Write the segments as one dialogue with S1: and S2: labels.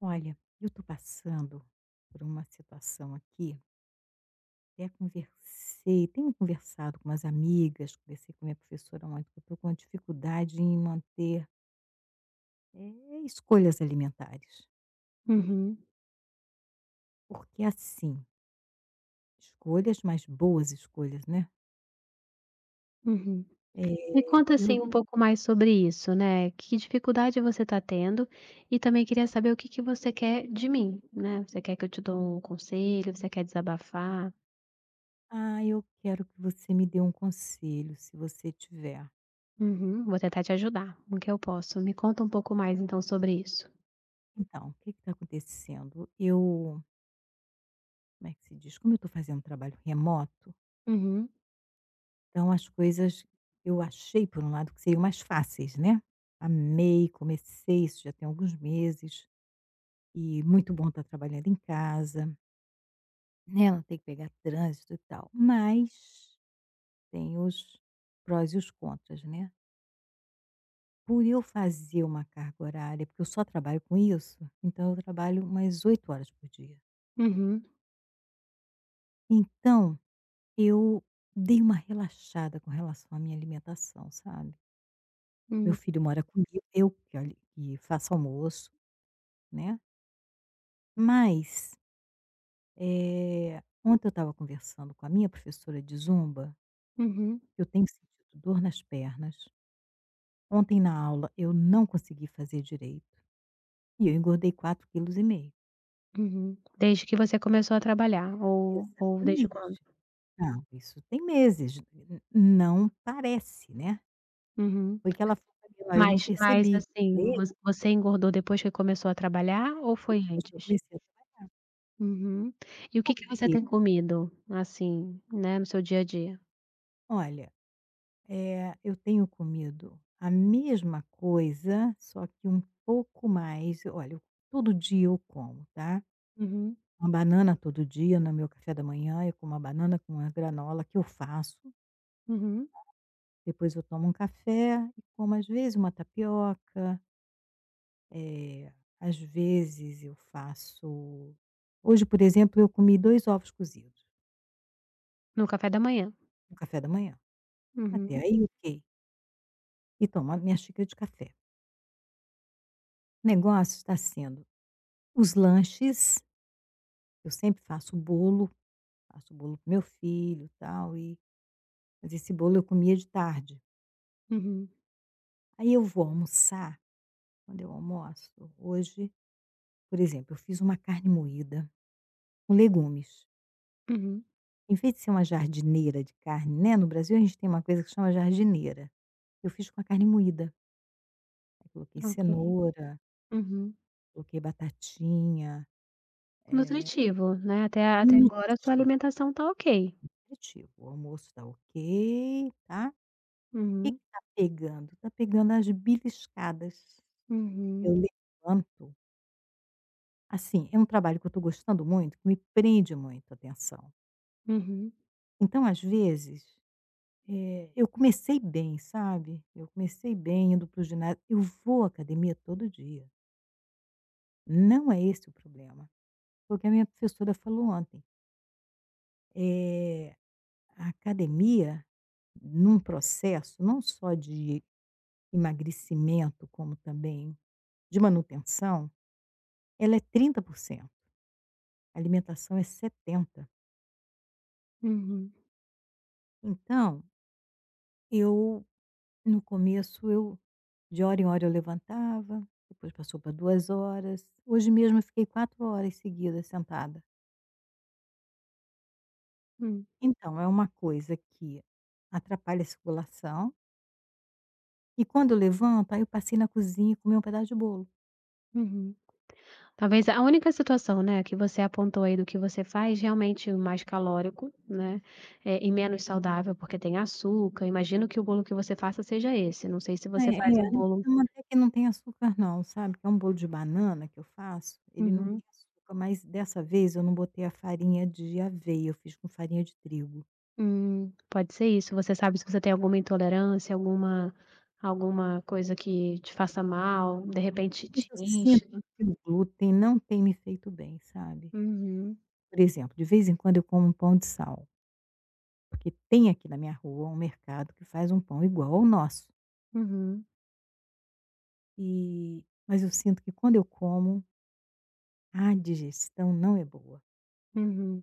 S1: Olha, eu estou passando por uma situação aqui, até conversei, tenho conversado com umas amigas, conversei com minha professora ontem, que eu estou com uma dificuldade em manter escolhas alimentares.
S2: Uhum,
S1: Porque assim, escolhas, mas boas escolhas, né?
S2: uhum. Me
S1: Eh,
S2: conta, assim, um
S1: eu,
S2: pouco mais sobre isso, né, que dificuldade você está tendo, e também queria saber o que que você quer de mim, né, você quer que eu te dou um conselho, você quer desabafar?
S1: ah, eu quero que você me dê um conselho, se você tiver.
S2: Uhum, vou tentar te ajudar o que eu posso. Me conta um pouco mais, então, sobre isso.
S1: Então, o que está acontecendo? Como é que se diz? Como eu estou fazendo um trabalho remoto,
S2: Uhum,
S1: então as coisas eu achei, por um lado, que seriam mais fáceis, né. Amei, comecei, isso já tem alguns meses, e muito bom estar trabalhando em casa, né, não tem que pegar trânsito e tal. Mas tem os prós e os contras, né. Por eu fazer uma carga horária, porque eu só trabalho com isso, então eu trabalho umas 8 horas por dia.
S2: uhum,
S1: Então eu dei uma relaxada com relação à minha alimentação, sabe. Meu
S2: hum,
S1: filho mora comigo, eu que olhe que faço almoço, né. Mas, eh, ontem eu estava conversando com a minha professora de zumba,
S2: uhum,
S1: eu tenho sentido dor nas pernas. Ontem na aula eu não consegui fazer direito e eu engordei 4 quilos e meio.
S2: uhum. Desde que você começou a trabalhar ou desde
S1: Exatamente.
S2: quando?
S1: Não, isso tem meses, n não parece, né.
S2: Uhum.
S1: Foi que ela falou para mim: "Olha, eu não
S2: Mas,
S1: percebi". Falei:
S2: assim, vo
S1: "É,
S2: você engordou depois que começou a trabalhar ou foi
S1: depois que eu
S2: antes?
S1: comecei a trabalhar."
S2: Uhum. E o que
S1: Por
S2: que você
S1: quê?
S2: tem comido, assim, né, no seu dia a dia?
S1: Olha, eu tenho comido a mesma coisa, só que um pouco mais, olha, todo dia eu como, tá.
S2: Uhum,
S1: Uma banana todo dia no meu café da manhã, eu como uma banana com uma granola que eu faço,
S2: uhum.
S1: depois eu tomo um café e como às vezes uma tapioca, eh, às vezes eu faço, hoje, por exemplo, eu comi 2 ovos cozidos
S2: No café da manhã?
S1: no café da manhã. Até
S2: Uhum,
S1: aí ok, e tomo a minha xícara de café. O negócio está sendo os lanches. Eu sempre faço bolo pro meu filho, tal, e mas esse bolo eu comia de tarde.
S2: uhum,
S1: Aí eu vou almoçar, quando eu almoço, hoje, por exemplo, eu fiz uma carne moída com legumes.
S2: uhum.
S1: Em vez de ser uma jardineira de carne, né, no Brasil a gente tem uma coisa que chama jardineira. Eu fiz com a carne moída. Aí coloquei
S2: Ok.
S1: cenoura,
S2: Uhum.
S1: coloquei batatinha,
S2: Nutritivo, né, até
S1: bem
S2: até agora a sua
S1: nutritivo,
S2: alimentação tá ok.
S1: nutritivo. O almoço tá ok, tá. O que
S2: Uhum,
S1: que tá pegando? Tá pegando as beliscadas. Eu
S2: uhum,
S1: levanto assim, é um trabalho que eu estou gostando muito, que me prende muito a atenção.
S2: uhum,
S1: Então, às vezes, eu comecei bem, sabe, eu comecei bem indo para o ginásio, eu vou à academia todo dia, não é esse o problema. Foi o que a minha professora falou ontem, eh, a academia, num processo não só de emagrecimento, como também de manutenção, ela é 30%, alimentação é 70.
S2: uhum,
S1: Então, eu No começo eu, de hora em hora, eu levantava, depois passou para 2 horas. Hoje mesmo eu fiquei 4 horas seguidas sentada.
S2: hum,
S1: Então é uma coisa que atrapalha a circulação, e quando eu levanto, aí eu passei na cozinha e comi um pedaço de bolo.
S2: uhum. Talvez a única situação, né, que você apontou aí do que você faz realmente o mais calórico, né, e menos saudável, porque tem açúcar. Imagino que o bolo que você faça seja esse, não sei se você
S1: É,
S2: faz um
S1: é. Não,
S2: bolo.
S1: não, até que não tem açúcar não, sabe, que é um bolo de banana que eu faço, ele não
S2: Uhum.
S1: tem açúcar, mas dessa vez eu não botei a farinha de aveia, eu fiz com farinha de trigo.
S2: Pode ser isso. Você sabe se você tem alguma intolerância, alguma coisa que te faça mal, de repente
S1: Mas
S2: te
S1: eu sinto
S2: enche.
S1: que o glúten não tem me feito bem, sabe.
S2: Uhum,
S1: Por exemplo, de vez em quando eu como um pão de sal, porque tem aqui na minha rua um mercado que faz um pão igual ao nosso.
S2: uhum,
S1: E mas eu sinto que quando eu como, a digestão não é boa.
S2: uhum.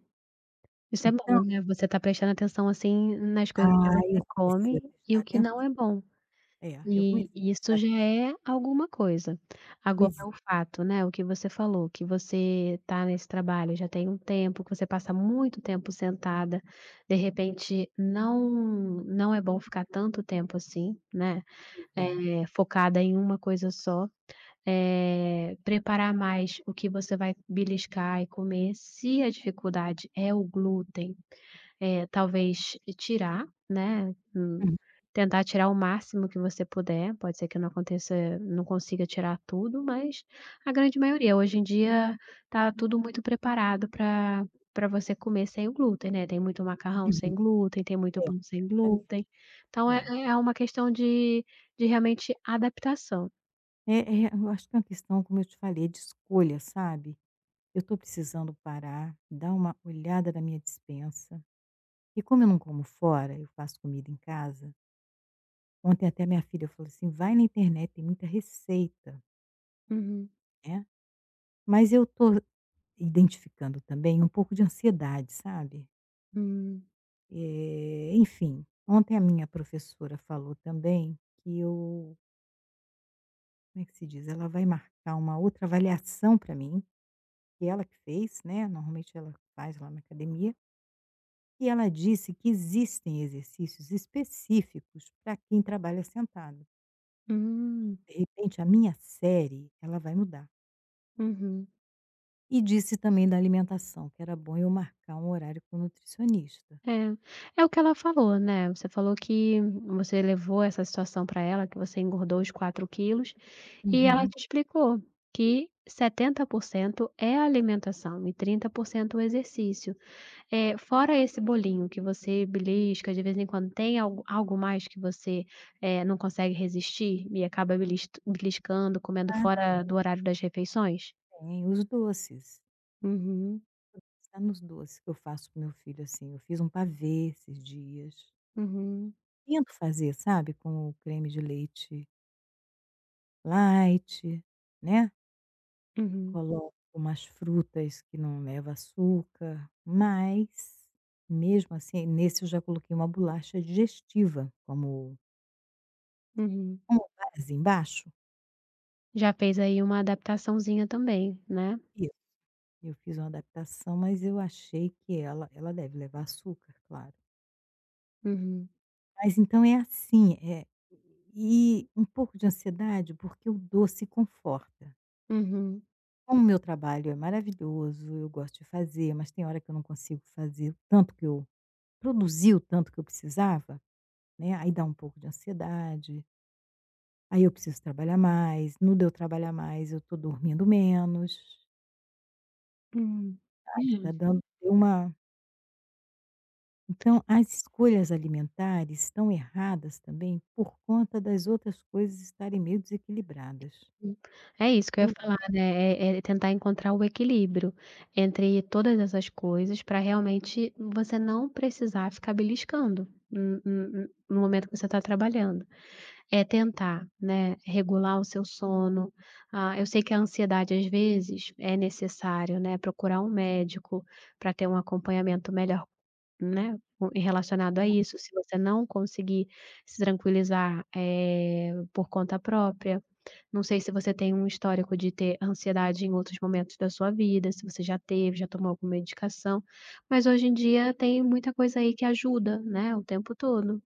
S2: Isso é bom,
S1: Então
S2: né, você tá prestando atenção, assim, nas coisas que
S1: ah,
S2: você
S1: eu comecei a
S2: come e
S1: prestar
S2: o que
S1: aten
S2: não é bom.
S1: eu
S2: E
S1: comecei a
S2: e isso
S1: prestar
S2: já
S1: atenção.
S2: é alguma coisa. Agora
S1: Pois é.
S2: o fato, né, o que você falou, que você está nesse trabalho já tem um tempo, que você passa muito tempo sentada, de repente não é bom ficar tanto tempo assim, né,
S1: Pois é.
S2: focada em uma coisa só. Preparar mais o que você vai beliscar e comer, se a dificuldade é o glúten, talvez tirar, né, hum,
S1: Uhum,
S2: tentar tirar o máximo que você puder. Pode ser que não aconteça não consiga tirar tudo, mas a grande maioria. Hoje em dia tá tudo muito preparado para você comer sem o glúten, né, tem muito macarrão
S1: uhum.
S2: sem glúten, tem muito
S1: É,
S2: pão sem
S1: também,
S2: glúten, então é
S1: é.
S2: é é uma questão de realmente adaptação.
S1: É, eu acho que é uma questão, como eu te falei, de escolha, sabe. Eu estou precisando parar, dar uma olhada na minha despensa. E como eu não como fora, eu faço comida em casa. Ontem até minha filha falou assim: "Vai na internet, tem muita receita",
S2: Uhum.
S1: né. Mas eu tô identificando também um pouco de ansiedade, sabe.
S2: Hum.
S1: Enfim, ontem a minha professora falou também que eu, como é que se diz? Ela vai marcar uma outra avaliação para mim, que ela que fez, né, normalmente ela faz lá na academia, e ela disse que existem exercícios específicos para quem trabalha sentado.
S2: Hum.
S1: De repente a minha série, ela vai mudar.
S2: Uhum.
S1: E disse também da alimentação, que era bom eu marcar um horário com o nutricionista.
S2: É, é o que ela falou, né, você falou que você levou essa situação para ela, que você engordou os 4 quilos, e ela
S1: Uhum.
S2: te explicou que 70% é a alimentação e 30% o exercício. É fora esse bolinho que você belisca de vez em quando, tem algo mais que você, não consegue resistir e acaba beliscando, comendo
S1: Ah,
S2: fora
S1: tem,
S2: do horário das refeições?
S1: tem. Os doces.
S2: Uhum,
S1: Está nos doces que eu faço pro meu filho, assim. Eu fiz um pavê esses dias.
S2: uhum,
S1: Tento fazer, sabe, com o creme de leite light, né?
S2: uhum,
S1: Coloco umas frutas que não leva açúcar, mas mesmo assim, nesse eu já coloquei uma bolacha digestiva como
S2: uhum.
S1: como base embaixo.
S2: Já fez aí uma adaptaçãozinha também, né?
S1: Eu fiz uma adaptação, mas eu achei que ela deve levar açúcar, claro.
S2: Uhum,
S1: Mas então é assim, e um pouco de ansiedade, porque o doce conforta.
S2: uhum,
S1: Como o meu trabalho é maravilhoso, eu gosto de fazer, mas tem hora que eu não consigo fazer o tanto que eu produzir o tanto que eu precisava, né, aí dá um pouco de ansiedade, aí eu preciso trabalhar mais, no de eu trabalhar mais eu estou dormindo menos,
S2: hum,
S1: sabe, tá
S2: justo.
S1: dando uma... Então, as escolhas alimentares estão erradas também por conta das outras coisas estarem meio desequilibradas.
S2: É isso que eu ia
S1: Eu,
S2: falar, né, é tentar encontrar o equilíbrio entre todas essas coisas para realmente você não precisar ficar beliscando no momento que você está trabalhando. É tentar, né, regular o seu sono, ah, eu sei que a ansiedade às vezes é necessário, né, procurar um médico para ter um acompanhamento melhor. Né, o e relacionado a isso, se você não conseguir se tranquilizar, por conta própria, não sei se você tem um histórico de ter ansiedade em outros momentos da sua vida, se você já teve, já tomou alguma medicação, mas hoje em dia tem muita coisa aí que ajuda, né, o tempo todo.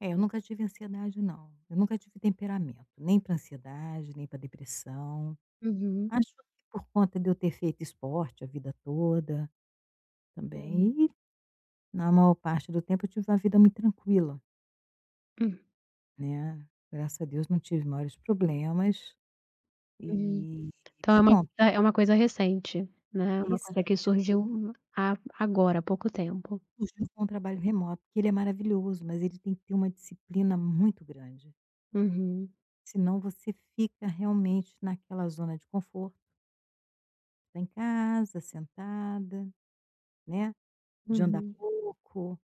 S1: é, eu nunca tive ansiedade, não. Eu nunca tive temperamento, nem para ansiedade, nem para depressão.
S2: Uhum.
S1: Acho que por conta de eu ter feito esporte a vida toda
S2: Uhum.
S1: também. E na maior parte do tempo eu tive uma vida muito tranquila,
S2: Hum.
S1: né? Graças a Deus não tive maiores problemas.
S2: Uhum.
S1: E
S2: Então é uma
S1: pronto,
S2: é uma coisa recente, né,
S1: é
S2: uma coisa que
S1: recente, porque
S2: surgiu a agora, há pouco tempo.
S1: surgiu com o trabalho remoto, que ele é maravilhoso, mas ele tem que ter uma disciplina muito grande,
S2: Uhum.
S1: senão você fica realmente naquela zona de conforto, tá em casa, sentada, né, de andar
S2: Uhum.
S1: pouco,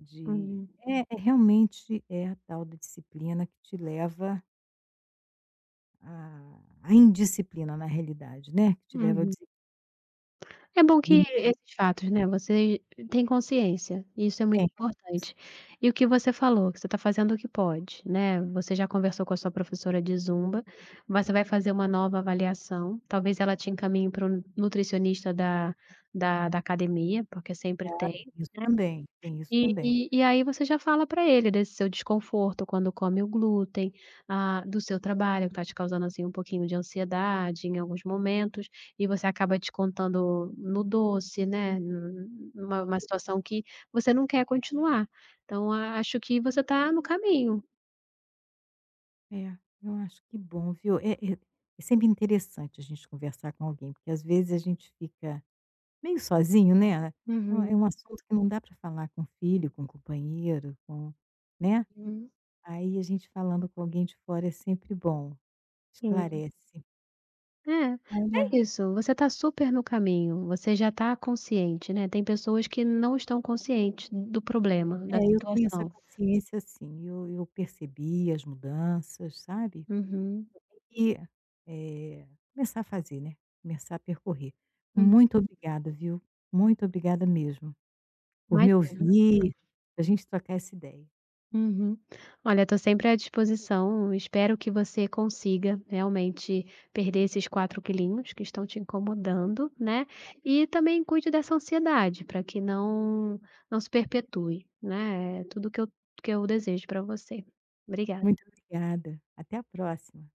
S1: de
S2: Uhum.
S1: realmente é a tal da disciplina que te leva à à indisciplina na realidade, né, que te leva ao
S2: Uhum. É bom que
S1: desequilíbrio.
S2: esses fatos, né, você tem consciência, e isso é muito
S1: Tem,
S2: importante. E o que você falou, que você está fazendo o que pode, né, você já conversou com a sua professora de zumba, você vai fazer uma nova avaliação, talvez ela te encaminhe para um nutricionista da academia, porque sempre
S1: claro,
S2: tem,
S1: tem isso também, tem isso
S2: e
S1: também.
S2: e e aí você já fala para ele desse seu desconforto quando come o glúten, ah, do seu trabalho que está te causando, assim, um pouquinho de ansiedade em alguns momentos, e você acaba descontando no doce, né, nu numa uma situação que você não quer continuar. Então acho que você está no caminho.
S1: É, eu acho que bom, viu. É sempre interessante a gente conversar com alguém, porque às vezes a gente fica meio sozinho, né. É um é
S2: Uhum,
S1: um assunto que não dá para falar com filho, com companheiro, com... né.
S2: uhum.
S1: Aí a gente falando com alguém de fora é sempre bom,
S2: Sim.
S1: esclarece.
S2: É,
S1: Olha,
S2: é isso, você está super no caminho, você já está consciente, né, tem pessoas que não estão conscientes do problema,
S1: é,
S2: da
S1: eu tenho essa
S2: situação.
S1: consciência, assim eu percebi as mudanças, sabe.
S2: Uhum.
S1: E, eh, começar a fazer, né, começar a percorrer. Muito obrigada, viu. Muito obrigada mesmo, por me
S2: Imagi
S1: ouvir, a gente trocar essa ideia.
S2: Uhum. Olha, estou sempre à disposição, espero que você consiga realmente perder esses 4 quilinhos que estão te incomodando, né, e também cuide dessa ansiedade para que não se perpetue, né, é tudo que eu desejo para você. Obrigada.
S1: Muito obrigada, até a próxima.